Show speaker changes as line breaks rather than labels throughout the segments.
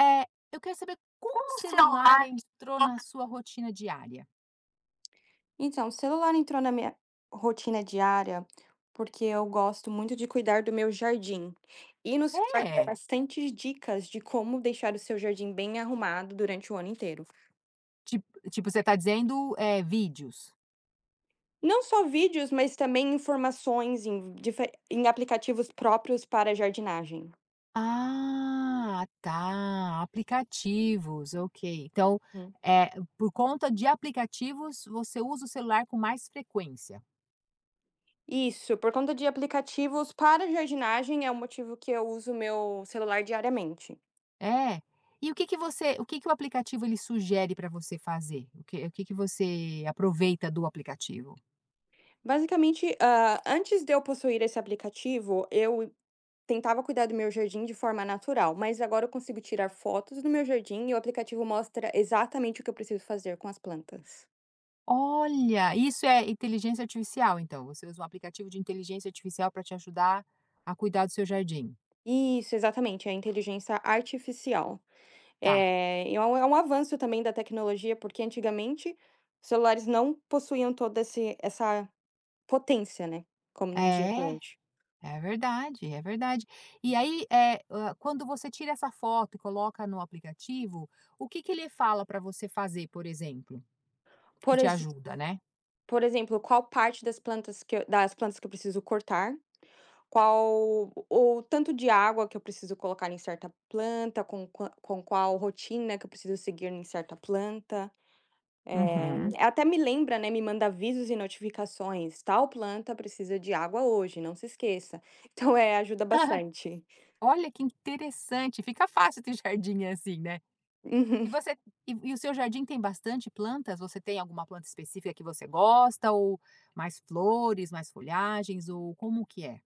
É, eu quero saber como o celular
Celular.
entrou na sua rotina diária.
Então, o celular entrou na minha rotina diária, porque eu gosto muito de cuidar do meu jardim. E no celular tem
É.
bastantes dicas de como deixar o seu jardim bem arrumado durante o ano inteiro.
Tipo tipo, você está dizendo, vídeos?
Não só vídeos, mas também informações em aplicativos próprios para jardinagem.
Ah, tá, aplicativos, ok. Então,
Hum.
eh, por conta de aplicativos, você usa o celular com mais frequência.
Isso, por conta de aplicativos para jardinagem é o motivo que eu uso meu celular diariamente.
É. E o que que o aplicativo ele sugere para você fazer? O que que você aproveita do aplicativo?
Basicamente, antes de eu possuir esse aplicativo, eu tentava cuidar do meu jardim de forma natural, mas agora eu consigo tirar fotos do meu jardim e o aplicativo mostra exatamente o que eu preciso fazer com as plantas.
Olha, isso é inteligência artificial, então? Você usa um aplicativo de inteligência artificial para te ajudar a cuidar do seu jardim?
Isso, exatamente, é a inteligência artificial.
Tá.
E é um avanço também da tecnologia, porque antigamente os celulares não possuíam toda esse essa potência, né, como nos dias de
É,
hoje.
é verdade, é verdade. E aí, é quando você tira essa foto e coloca no aplicativo, o que que ele fala para você fazer, por exemplo, que
Por
te
ex
ajuda, né?
por exemplo, qual parte das plantas que eu preciso cortar. Qual o tanto de água que eu preciso colocar em certa planta, com qual rotina que eu preciso seguir em certa planta.
Uhum.
É até me lembra, né, me manda avisos e notificações: "Tal planta precisa de água hoje, não se esqueça". Então, é, ajuda bastante.
Olha que interessante, fica fácil ter jardim assim, né? E
Uhum.
você e o seu jardim tem bastante plantas? Você tem alguma planta específica que você gosta ou mais flores, mais folhagens ou como que é?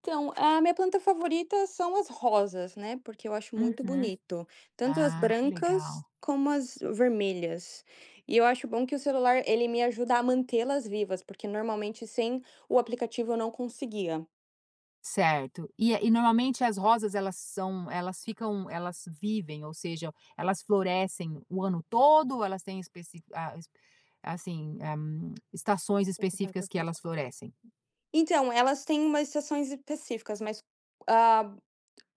Então, a minha planta favorita são as rosas, né, porque eu acho muito
Uhum.
bonito, tanto as
Ah, que
brancas
legal.
como as vermelhas. E eu acho bom que o celular, ele me ajuda a mantê-las vivas, porque normalmente sem o aplicativo eu não conseguia.
Certo. E é, e normalmente as rosas elas vivem, ou seja, elas florescem o ano todo elas têm especi ah, es assim, estações específicas que elas florescem?
Então, elas têm umas estações específicas, mas, ah,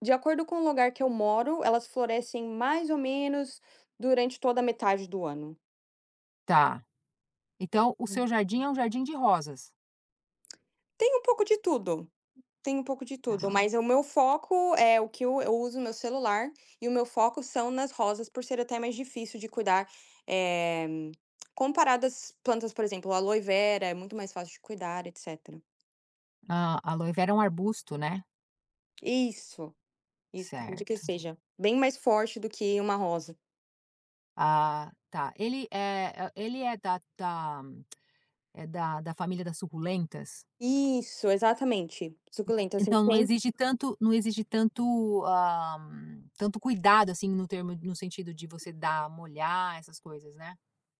de acordo com o lugar que eu moro, elas florescem mais ou menos durante toda a metade do ano.
Tá. Então o seu jardim é um jardim de rosas,
Tem um pouco de tudo. Tem um pouco de tudo,
tá.
mas o meu foco é o que eu uso meu celular, e o meu foco são nas rosas, por ser até mais difícil de cuidar, eh, comparado às plantas, por exemplo, a aloe vera, é muito mais fácil de cuidar, etcétera.
A aloe vera é um arbusto, né?
Isso, isso, de que
Certo.
seja bem mais forte do que uma rosa.
Ah, tá. Ele é é, ele é da da família das suculentas,
Isso, exatamente, suculentas.
então não exige tanto, ah, tanto cuidado, assim, no termo no sentido de você dar, molhar, essas coisas, né?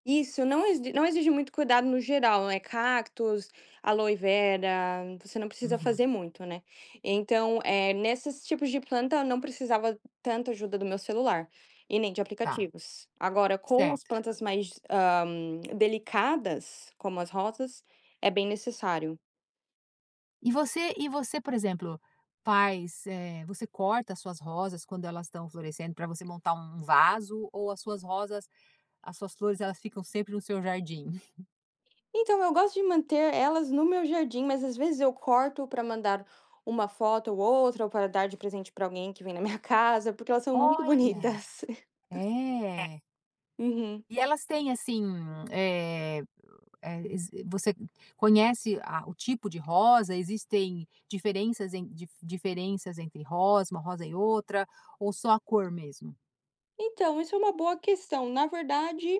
Isso, não exige muito cuidado no geral, né, cactos, aloe vera, você não precisa
Uhum,
fazer muito, né. Então, nesses tipos de planta eu não precisava tanta ajuda do meu celular, e nem de
tá,
aplicativos. Agora com as
certo.
plantas mais, delicadas, como as rosas, é bem necessário.
E você, por exemplo, faz, você corta as suas rosas quando elas estão florescendo para você montar um vaso ou as suas flores, elas ficam sempre no seu jardim?
Então eu gosto de manter elas no meu jardim, mas às vezes eu corto para mandar uma foto ou outra, ou para dar de presente para alguém que vem na minha casa, porque elas são muito
Olha!
bonitas.
É.
Uhum.
E elas têm assim, eh eh, exi você conhece a o tipo de rosa? Existem diferenças em diferenças entre rosa, uma rosa e outra, ou só a cor mesmo?
Então, isso é uma boa questão. Na verdade,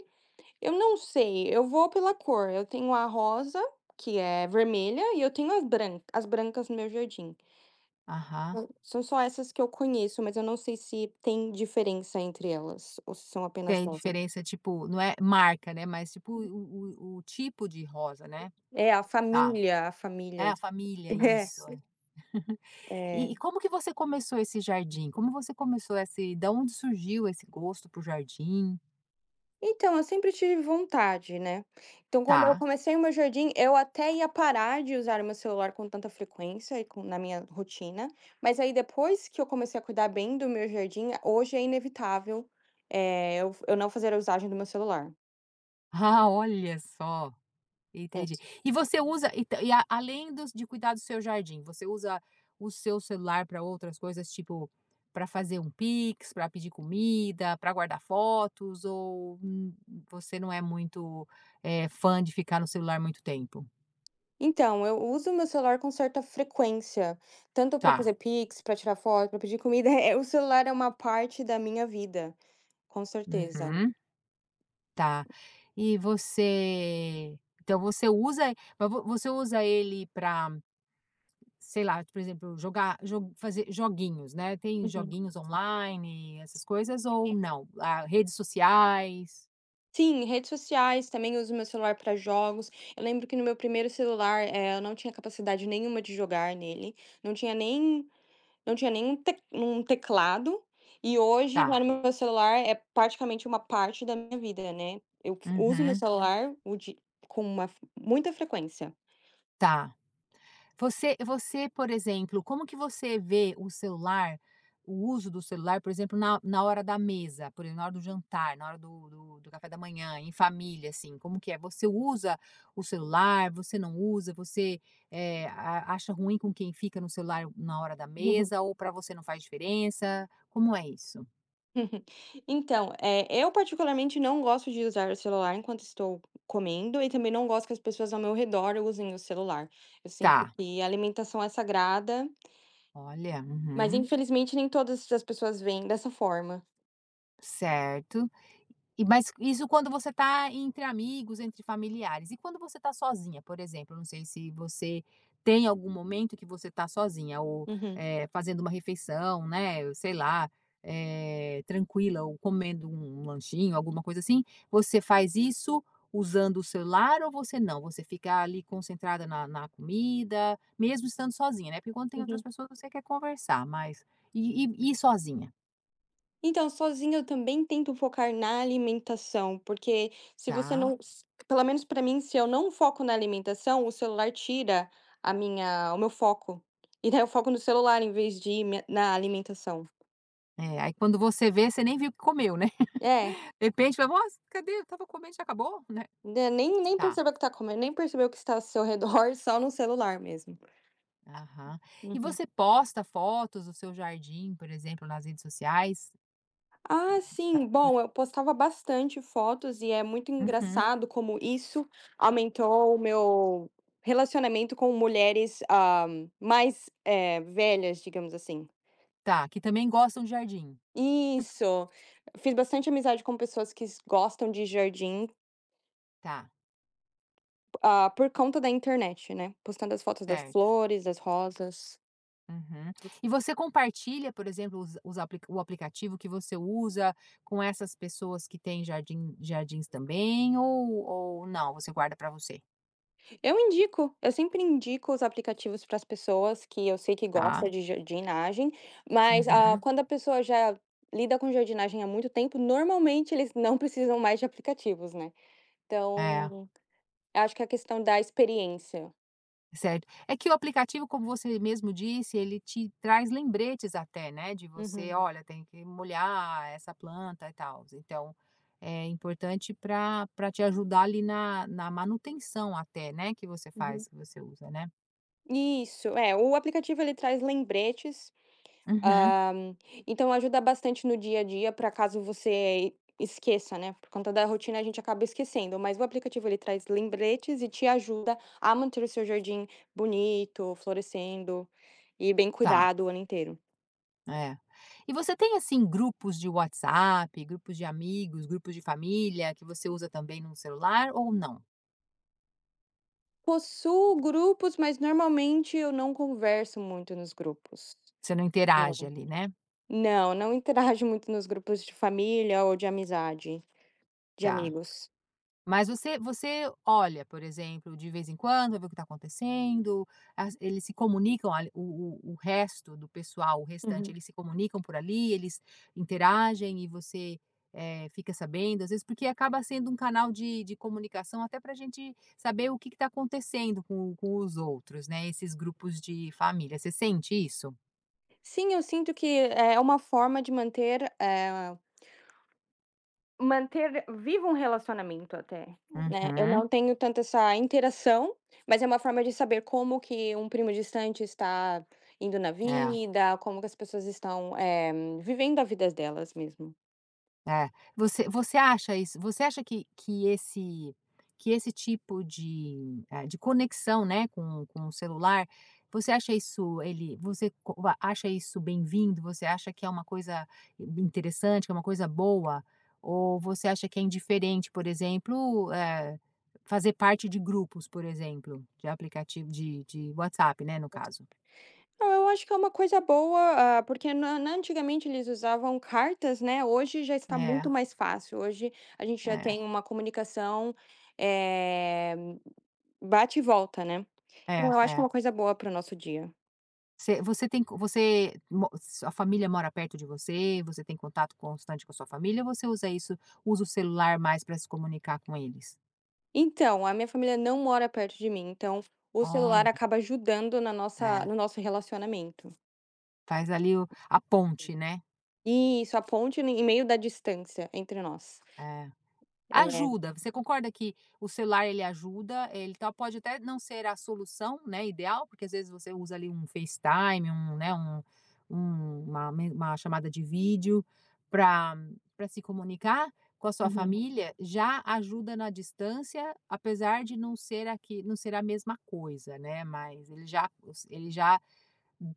eu não sei, eu vou pela cor. Eu tenho a rosa, que é vermelha, e eu tenho as brancas no meu jardim.
Aham.
Hum. São só essas que eu conheço, mas eu não sei se tem diferença entre elas ou se são apenas
Tem
rosas.
diferença, tipo, não é marca, né, mas tipo o tipo de rosa, né.
É, a
Tá.
família, a
É
família.
a família, isso, é.
É, é.
E como que você começou esse jardim? Como você começou esse da onde surgiu esse gosto pro jardim?
Então, eu sempre tive vontade, né. Então, quando eu
Tá.
comecei o meu jardim, eu até ia parar de usar o meu celular com tanta frequência e com na minha rotina, mas aí depois que eu comecei a cuidar bem do meu jardim, hoje é inevitável, eu não fazer a usagem do meu celular.
Ah, olha só. Entendi.
Certo.
E você usa e ta e a além dos de cuidar do seu jardim, você usa o seu celular para outras coisas, tipo, para fazer um Pix, para pedir comida, para guardar fotos ou, você não é muito, fã de ficar no celular muito tempo?
Então, eu uso o meu celular com certa frequência, tanto para
Tá.
fazer Pix, para tirar foto, para pedir comida, o celular é uma parte da minha vida, com certeza.
Uhum. Tá. E você então você usa mas vo você usa ele para sei lá, por exemplo, jogar jo fazer joguinhos, né, tem
Uhum.
joguinhos online, essas coisas ou não? Ah, redes sociais?
Sim, redes sociais, também uso meu celular para jogos. Eu lembro que no meu primeiro celular, eu não tinha capacidade nenhuma de jogar nele, não tinha nem não tinha nem um tec um teclado, e hoje
Tá,
já no meu celular é praticamente uma parte da minha vida, né. Eu f uso meu
uhum,
celular o di com uma f muita frequência.
tá. Você você, por exemplo, como que você vê o uso do celular, por exemplo, na hora da mesa, por exemplo, na hora do jantar, na hora do café da manhã, em família, assim, como que é? Você usa o celular, você não usa, você, eh, a acha ruim com quem fica no celular na hora da mesa ou para você não faz diferença? Como é isso?
Então, eu particularmente não gosto de usar o celular enquanto estou comendo e também não gosto que as pessoas ao meu redor usem o celular. Eu sinto
Tá,
que a alimentação é sagrada,
olha,
mas
uhum,
infelizmente nem todas as pessoas veem dessa forma.
certo. E mas isso quando você está entre amigos, entre familiares. E quando você está sozinha, por exemplo? Não sei se você tem algum momento que você está sozinha ou,
Uhum,
fazendo uma refeição, né, sei lá, tranquila ou comendo um lanchinho, alguma coisa assim. Você faz isso usando o celular ou você não? Você fica ali concentrada na comida, mesmo estando sozinha, né, porque quando tem outras
uhum.
pessoas você quer conversar, mas sozinha,
Então, sozinha eu também tento focar na alimentação, porque se você
tá?
não, pelo menos para mim, se eu não foco na alimentação, o celular tira o meu foco. E daí eu foco no celular em vez de ir na alimentação.
É, aí quando você vê, você nem viu o que comeu, né?
É.
De repente, vai: "Nossa, cadê? Eu estava comendo e já acabou", né.
Né, nem
Tá.
percebeu o que tá comendo, nem percebeu o que está ao seu redor, só no celular mesmo.
Aham. E
Uhum.
você posta fotos do seu jardim, por exemplo, nas redes sociais?
Ah, sim. Bom, eu postava bastante fotos e é muito
Uhum.
engraçado como isso aumentou o meu relacionamento com mulheres, mais, velhas, digamos assim.
Tá, que também gostam de jardim.
Isso. Fiz bastante amizade com pessoas que s gostam de jardim,
Tá,
por conta da internet, né, postando as fotos das
certo.
flores, das rosas.
Uhum. E você compartilha, por exemplo, os aplica o aplicativo que você usa com essas pessoas que têm jardim jardins também ou não, você guarda para você?
Eu indico, eu sempre indico os aplicativos para as pessoas que eu sei que
Tá.
gosta de jardinagem, mas,
Uhum.
quando a pessoa já lida com jardinagem há muito tempo, normalmente eles não precisam mais de aplicativos, né.
É.
Então, acho que é a questão da experiência.
Certo. É que o aplicativo, como você mesmo disse, ele te traz lembretes até, né, de você,
Uhum,
olha, tem que molhar essa planta e tal. Então, é importante para te ajudar ali na, na manutenção até, né, que você faz,
uhum.
que você usa, né?
Isso, é, o aplicativo ele traz lembretes.
Uhum.
Então ajuda bastante no dia a dia para caso você esqueça, né? Por conta da rotina a gente acaba esquecendo, mas o aplicativo ele traz lembretes e te ajuda a manter o seu jardim bonito, florescendo e bem
Tá.
cuidado o ano inteiro.
É. E você tem assim grupos de WhatsApp, grupos de amigos, grupos de família que você usa também no celular ou não?
Possuo grupos, mas normalmente eu não converso muito nos grupos.
Você não interage
Não.
ali, né?
Não, não interajo muito nos grupos de família ou de amizade, de
Tá.
amigos.
Mas você olha, por exemplo, de vez em quando, vê o que está acontecendo, as eles se comunicam ali o resto do pessoal, o restante,
Uhum.
eles se comunicam por ali, eles interagem e você, fica sabendo, às vezes, porque acaba sendo um canal de comunicação até para a gente saber o que que está acontecendo com os outros, né, esses grupos de família. Você sente isso?
Sim, eu sinto que é uma forma de manter vivo um relacionamento até. Né, eu
Uhum.
não tenho tanto essa interação, mas é uma forma de saber como que um primo distante está indo na
É.
vida, como que as pessoas estão, vivendo a vida delas mesmo.
É. Você você acha isso você acha que esse que esse tipo de, de conexão, né, com o celular, você acha isso ele você co va- acha isso bem-vindo? Você acha que é uma coisa interessante, que é uma coisa boa? Ou você acha que é indiferente, por exemplo, fazer parte de grupos, por exemplo, de aplicativo de WhatsApp, né, no caso?
Não, eu acho que é uma coisa boa, porque na na antigamente eles usavam cartas, né, hoje já está
É,
muito mais fácil, hoje a gente já
é,
tem uma comunicação, eh, bate e volta, né. Então
é,
eu acho que é
é.
uma coisa boa para o nosso dia.
Você você tem co você mo sua família mora perto de você? Você tem contato constante com a sua família ou você usa o celular mais para se comunicar com eles?
Então, a minha família não mora perto de mim, então o celular
Olha,
acaba ajudando na nossa
é,
no nosso relacionamento.
faz ali o a ponte, né?
Isso, a ponte em meio da distância entre nós.
É.
É.
Ajuda, você concorda que o celular ele ajuda, ele tal pode até não ser a solução, né, ideal, porque às vezes você usa ali um FaceTime, um, né, uma chamada de vídeo para se comunicar com a sua
Uhum.
família, já ajuda na distância, apesar de não ser a mesma coisa, né, mas ele já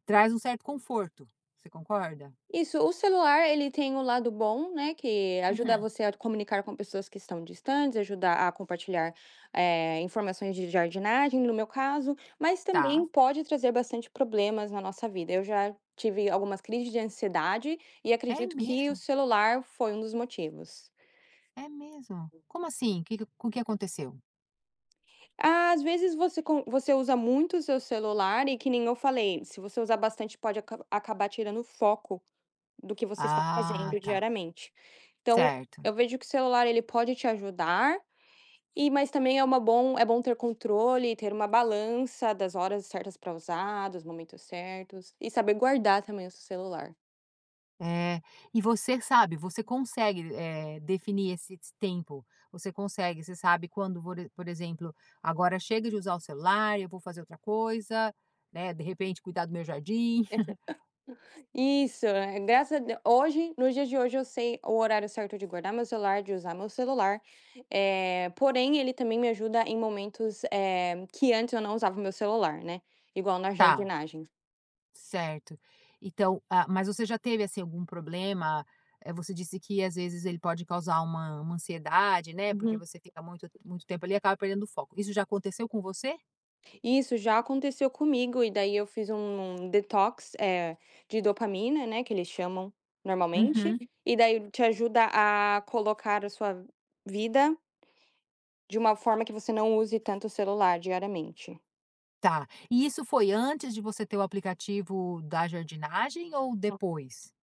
traz um certo conforto, você concorda?
Isso, o celular ele tem o lado bom, né, que ajuda
Uhum,
você a comunicar com pessoas que estão distantes, ajudar a compartilhar, informações de jardinagem, no meu caso, mas
tá.
também pode trazer bastante problemas na nossa vida. Eu já tive algumas crises de ansiedade e
É
acredito que
mesmo?
o celular foi um dos motivos.
É mesmo? Como assim? O que que o que aconteceu?
Às vezes você usa muito o seu celular e que nem eu falei, se você usar bastante pode acabar tirando o foco do que você está
Ah,
fazendo
tá.
diariamente. Então,
Certo.
eu vejo que o celular ele pode te ajudar mas também é uma bom é bom ter controle, ter uma balança das horas certas para usar, dos momentos certos e saber guardar também o seu celular.
Eh, e você sabe, você consegue, definir esse s tempo? Você consegue, você sabe quando, por exemplo, agora chega de usar o celular, eu vou fazer outra coisa, né, de repente cuidar do meu jardim.
Isso, é, graças a Deu hoje, nos dias de hoje, eu sei o horário certo de guardar meu celular, de usar meu celular, porém ele também me ajuda em momentos, que antes eu não usava meu celular, né, igual na
Tá,
jardinagem.
certo. Então, ah, mas você já teve, assim, algum problema? Você disse que às vezes ele pode causar uma ansiedade, né, porque
Uhum.
você fica muito tempo ali e acaba perdendo o foco. Isso já aconteceu com você?
Isso já aconteceu comigo e daí eu fiz um detox, de dopamina, né, que eles chamam normalmente,
Uhum.
e daí te ajuda a colocar a sua vida de uma forma que você não use tanto o celular diariamente.
Tá. E isso foi antes de você ter o aplicativo da jardinagem ou depois?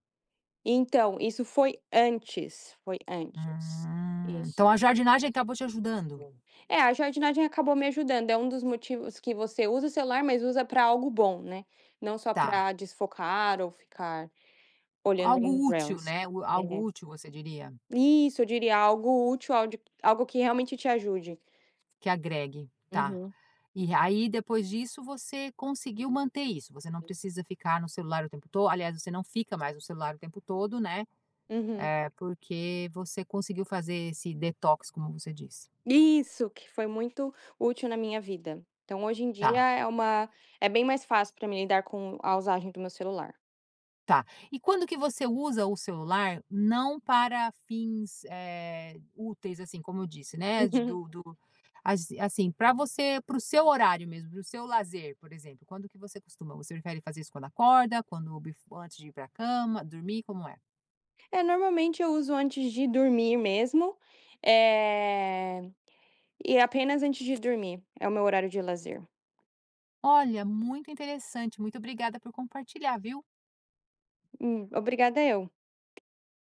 Então, isso foi antes, foi antes. Isso.
Então a jardinagem acabou te ajudando.
É, a jardinagem acabou me ajudando, é um dos motivos que você usa o celular, mas usa para algo bom, né, não só
Tá.
para desfocar ou ficar olhando
Algo
em
útil,
reels.
né? O- Algo
É.
útil, você diria,
Isso, eu diria algo útil, algo que realmente te ajude.
que agregue. Tá.
Uhum.
E aí, depois disso, você conseguiu manter isso. Você não precisa ficar no celular o tempo todo. Aliás, você não fica mais no celular o tempo todo, né?
Uhum.
É porque você conseguiu fazer esse detox, como você disse.
Isso, que foi muito útil na minha vida. Então hoje em dia
Tá.
é uma é bem mais fácil para mim lidar com a usagem do meu celular.
Tá. E quando que você usa o celular não para fins, úteis, assim, como eu disse, né, de do do assi assim, para o seu horário mesmo, para o seu lazer, por exemplo, quando que você costuma? Você prefere fazer isso quando acorda, quando bef antes de ir para a cama, dormir, como é?
É, normalmente eu uso antes de dormir mesmo, eh, e apenas antes de dormir, é o meu horário de lazer.
Olha, muito interessante, muito obrigada por compartilhar, viu.
Obrigada eu.